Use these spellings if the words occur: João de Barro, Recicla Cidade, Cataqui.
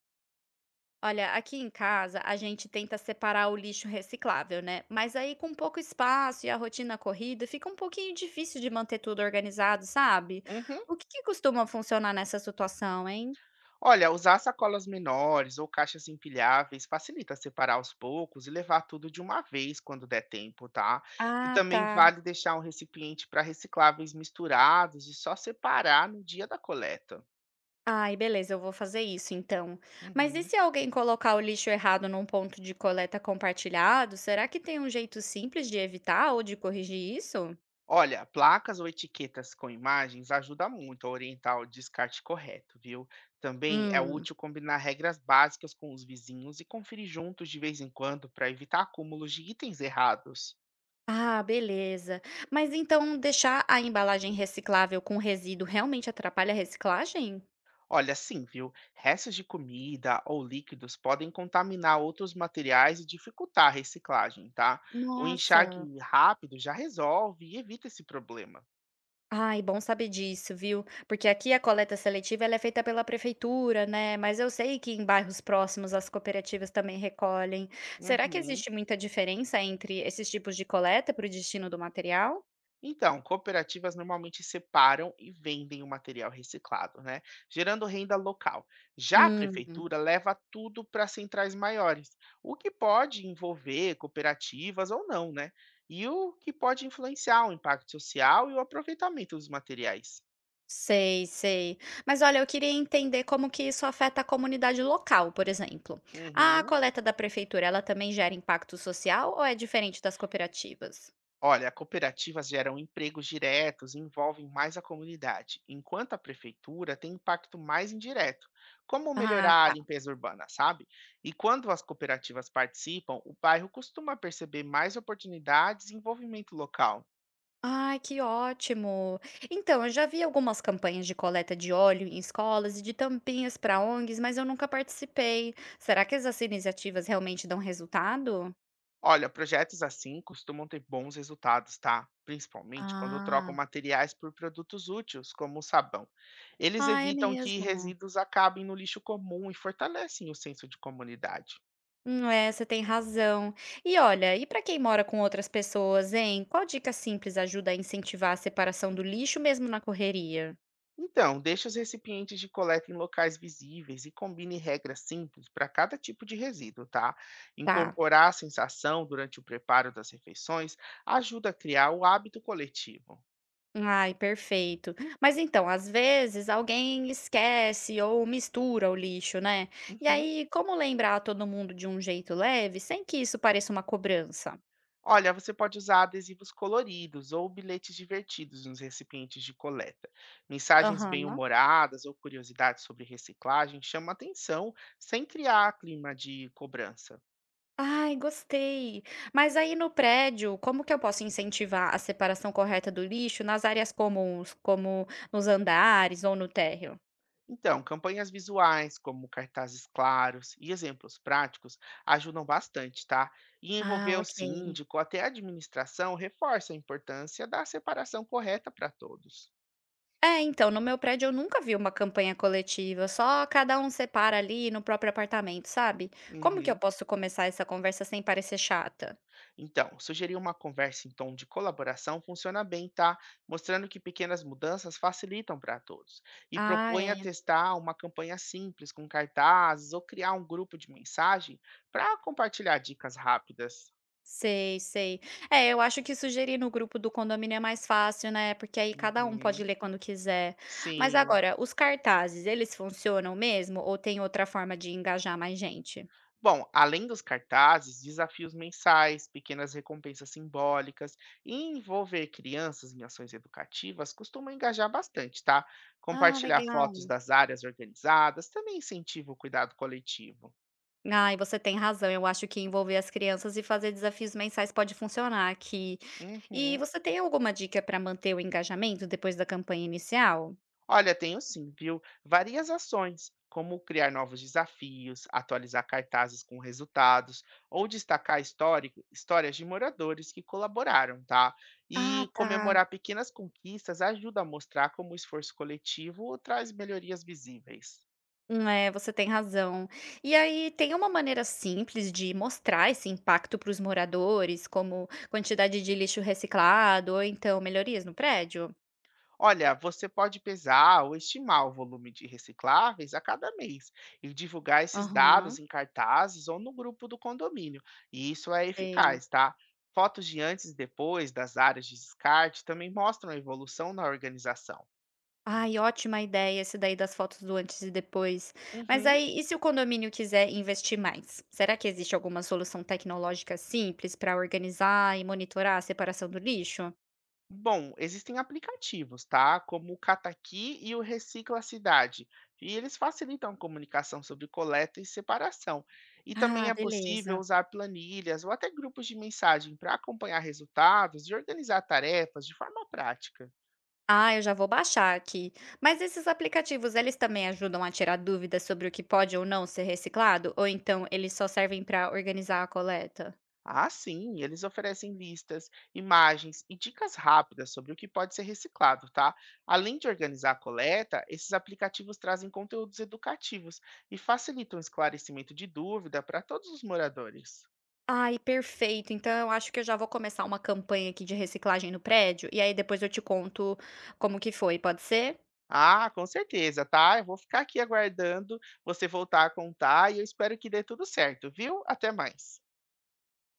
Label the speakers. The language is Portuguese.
Speaker 1: Olha, aqui em casa a gente tenta separar o lixo reciclável, né? Mas aí com pouco espaço e a rotina corrida, fica um pouquinho difícil de manter tudo organizado, sabe?
Speaker 2: Uhum.
Speaker 1: O que que costuma funcionar nessa situação, hein?
Speaker 2: Olha, usar sacolas menores ou caixas empilháveis facilita separar aos poucos e levar tudo de uma vez quando der tempo, tá? E
Speaker 1: Ah,
Speaker 2: também
Speaker 1: tá.
Speaker 2: vale deixar um recipiente para recicláveis misturados e só separar no dia da coleta.
Speaker 1: Ai, beleza, eu vou fazer isso então. Mas e
Speaker 2: Uhum.
Speaker 1: se alguém colocar o lixo errado num ponto de coleta compartilhado, será que tem um jeito simples de evitar ou de corrigir isso?
Speaker 2: Olha, placas ou etiquetas com imagens ajuda muito a orientar o descarte correto, viu? Também é
Speaker 1: Hum.
Speaker 2: útil combinar regras básicas com os vizinhos e conferir juntos de vez em quando para evitar acúmulos de itens errados.
Speaker 1: Ah, beleza. Mas então deixar a embalagem reciclável com resíduo realmente atrapalha a reciclagem?
Speaker 2: Olha, sim, viu? Restos de comida ou líquidos podem contaminar outros materiais e dificultar a reciclagem, tá? O enxague
Speaker 1: Nossa.
Speaker 2: rápido já resolve e evita esse problema.
Speaker 1: Ai, bom saber disso, viu? Porque aqui a coleta seletiva ela é feita pela prefeitura, né? Mas eu sei que em bairros próximos as cooperativas também recolhem. Será que
Speaker 2: Uhum.
Speaker 1: existe muita diferença entre esses tipos de coleta para o destino do material?
Speaker 2: Então, cooperativas normalmente separam e vendem o material reciclado, né? Gerando renda local. Já a
Speaker 1: Hum.
Speaker 2: prefeitura leva tudo para centrais maiores, o que pode envolver cooperativas ou não, né? E o que pode influenciar o impacto social e o aproveitamento dos materiais.
Speaker 1: Sei, sei. Mas olha, eu queria entender como que isso afeta a comunidade local, por exemplo. A
Speaker 2: Uhum.
Speaker 1: coleta da prefeitura, ela também gera impacto social ou é diferente das cooperativas?
Speaker 2: Olha, cooperativas geram empregos diretos e envolvem mais a comunidade, enquanto a prefeitura tem impacto mais indireto, como
Speaker 1: Ah,
Speaker 2: melhorar a
Speaker 1: tá.
Speaker 2: limpeza urbana, sabe? E quando as cooperativas participam, o bairro costuma perceber mais oportunidades e envolvimento local.
Speaker 1: Ai, que ótimo! Então, eu já vi algumas campanhas de coleta de óleo em escolas e de tampinhas para ONGs, mas eu nunca participei. Será que essas iniciativas realmente dão resultado?
Speaker 2: Olha, projetos assim costumam ter bons resultados, tá? Principalmente quando trocam
Speaker 1: Ah,
Speaker 2: materiais por produtos úteis, como o sabão. Eles
Speaker 1: ah, é
Speaker 2: evitam que
Speaker 1: mesmo.
Speaker 2: resíduos acabem no lixo comum e fortalecem o senso de comunidade.
Speaker 1: É, você tem razão. E olha, e para quem mora com outras pessoas, hein? Qual dica simples ajuda a incentivar a separação do lixo mesmo na correria?
Speaker 2: Então, deixe os recipientes de coleta em locais visíveis e combine regras simples para cada tipo de resíduo, tá?
Speaker 1: Tá.
Speaker 2: Incorporar a sensação durante o preparo das refeições ajuda a criar o hábito coletivo.
Speaker 1: Ai, perfeito. Mas então, às vezes alguém esquece ou mistura o lixo, né? E
Speaker 2: Uhum.
Speaker 1: aí, como lembrar todo mundo de um jeito leve, sem que isso pareça uma cobrança?
Speaker 2: Olha, você pode usar adesivos coloridos ou bilhetes divertidos nos recipientes de coleta. Mensagens
Speaker 1: Aham.
Speaker 2: bem-humoradas ou curiosidades sobre reciclagem chamam atenção sem criar clima de cobrança.
Speaker 1: Ai, gostei. Mas aí no prédio, como que eu posso incentivar a separação correta do lixo nas áreas comuns, como nos andares ou no térreo?
Speaker 2: Então, campanhas visuais, como cartazes claros e exemplos práticos, ajudam bastante, tá? E
Speaker 1: Ah,
Speaker 2: envolver o
Speaker 1: ok.
Speaker 2: síndico, até a administração, reforça a importância da separação correta para todos.
Speaker 1: É, então, no meu prédio eu nunca vi uma campanha coletiva, só cada um separa ali no próprio apartamento, sabe? Como que eu
Speaker 2: Uhum.
Speaker 1: posso começar essa conversa sem parecer chata?
Speaker 2: Então, sugerir uma conversa em tom de colaboração funciona bem, tá? Mostrando que pequenas mudanças facilitam para todos. E
Speaker 1: Ah,
Speaker 2: propõe a
Speaker 1: é.
Speaker 2: testar uma campanha simples com cartazes ou criar um grupo de mensagem para compartilhar dicas rápidas.
Speaker 1: Sei, sei. É, eu acho que sugerir no grupo do condomínio é mais fácil, né, porque aí cada um pode
Speaker 2: Uhum.
Speaker 1: ler quando quiser. Mas
Speaker 2: Sim.
Speaker 1: agora, os cartazes, eles funcionam mesmo ou tem outra forma de engajar mais gente?
Speaker 2: Bom, além dos cartazes, desafios mensais, pequenas recompensas simbólicas e envolver crianças em ações educativas costuma engajar bastante, tá?
Speaker 1: Ah,
Speaker 2: Compartilhar fotos
Speaker 1: legal.
Speaker 2: das áreas organizadas também incentiva o cuidado coletivo.
Speaker 1: Ai, você tem razão. Eu acho que envolver as crianças e fazer desafios mensais pode funcionar aqui. E
Speaker 2: Uhum.
Speaker 1: você tem alguma dica para manter o engajamento depois da campanha inicial?
Speaker 2: Olha, tenho sim, viu? Várias ações, como criar novos desafios, atualizar cartazes com resultados ou destacar histórias de moradores que colaboraram, tá?
Speaker 1: Ah,
Speaker 2: E
Speaker 1: tá.
Speaker 2: comemorar pequenas conquistas ajuda a mostrar como o esforço coletivo traz melhorias visíveis.
Speaker 1: É, você tem razão. E aí tem uma maneira simples de mostrar esse impacto para os moradores, como quantidade de lixo reciclado ou então melhorias no prédio?
Speaker 2: Olha, você pode pesar ou estimar o volume de recicláveis a cada mês e divulgar esses dados
Speaker 1: Aham,
Speaker 2: em cartazes ou no grupo do condomínio. E isso é
Speaker 1: sei.
Speaker 2: eficaz, tá? Fotos de antes e depois das áreas de descarte também mostram a evolução na organização.
Speaker 1: Ai, ótima ideia esse daí das fotos do antes e depois. Mas
Speaker 2: Uhum.
Speaker 1: aí, e se o condomínio quiser investir mais? Será que existe alguma solução tecnológica simples para organizar e monitorar a separação do lixo?
Speaker 2: Bom, existem aplicativos, tá? Como o Cataqui e o Recicla Cidade. E eles facilitam a comunicação sobre coleta e separação. E também
Speaker 1: Ah,
Speaker 2: é possível
Speaker 1: beleza.
Speaker 2: usar planilhas ou até grupos de mensagem para acompanhar resultados e organizar tarefas de forma prática.
Speaker 1: Ah, eu já vou baixar aqui. Mas esses aplicativos, eles também ajudam a tirar dúvidas sobre o que pode ou não ser reciclado? Ou então eles só servem para organizar a coleta?
Speaker 2: Ah, sim, eles oferecem listas, imagens e dicas rápidas sobre o que pode ser reciclado, tá? Além de organizar a coleta, esses aplicativos trazem conteúdos educativos e facilitam o esclarecimento de dúvida para todos os moradores.
Speaker 1: Ai, perfeito. Então eu acho que eu já vou começar uma campanha aqui de reciclagem no prédio e aí depois eu te conto como que foi, pode ser?
Speaker 2: Ah, com certeza, tá? Eu vou ficar aqui aguardando você voltar a contar e eu espero que dê tudo certo, viu? Até mais.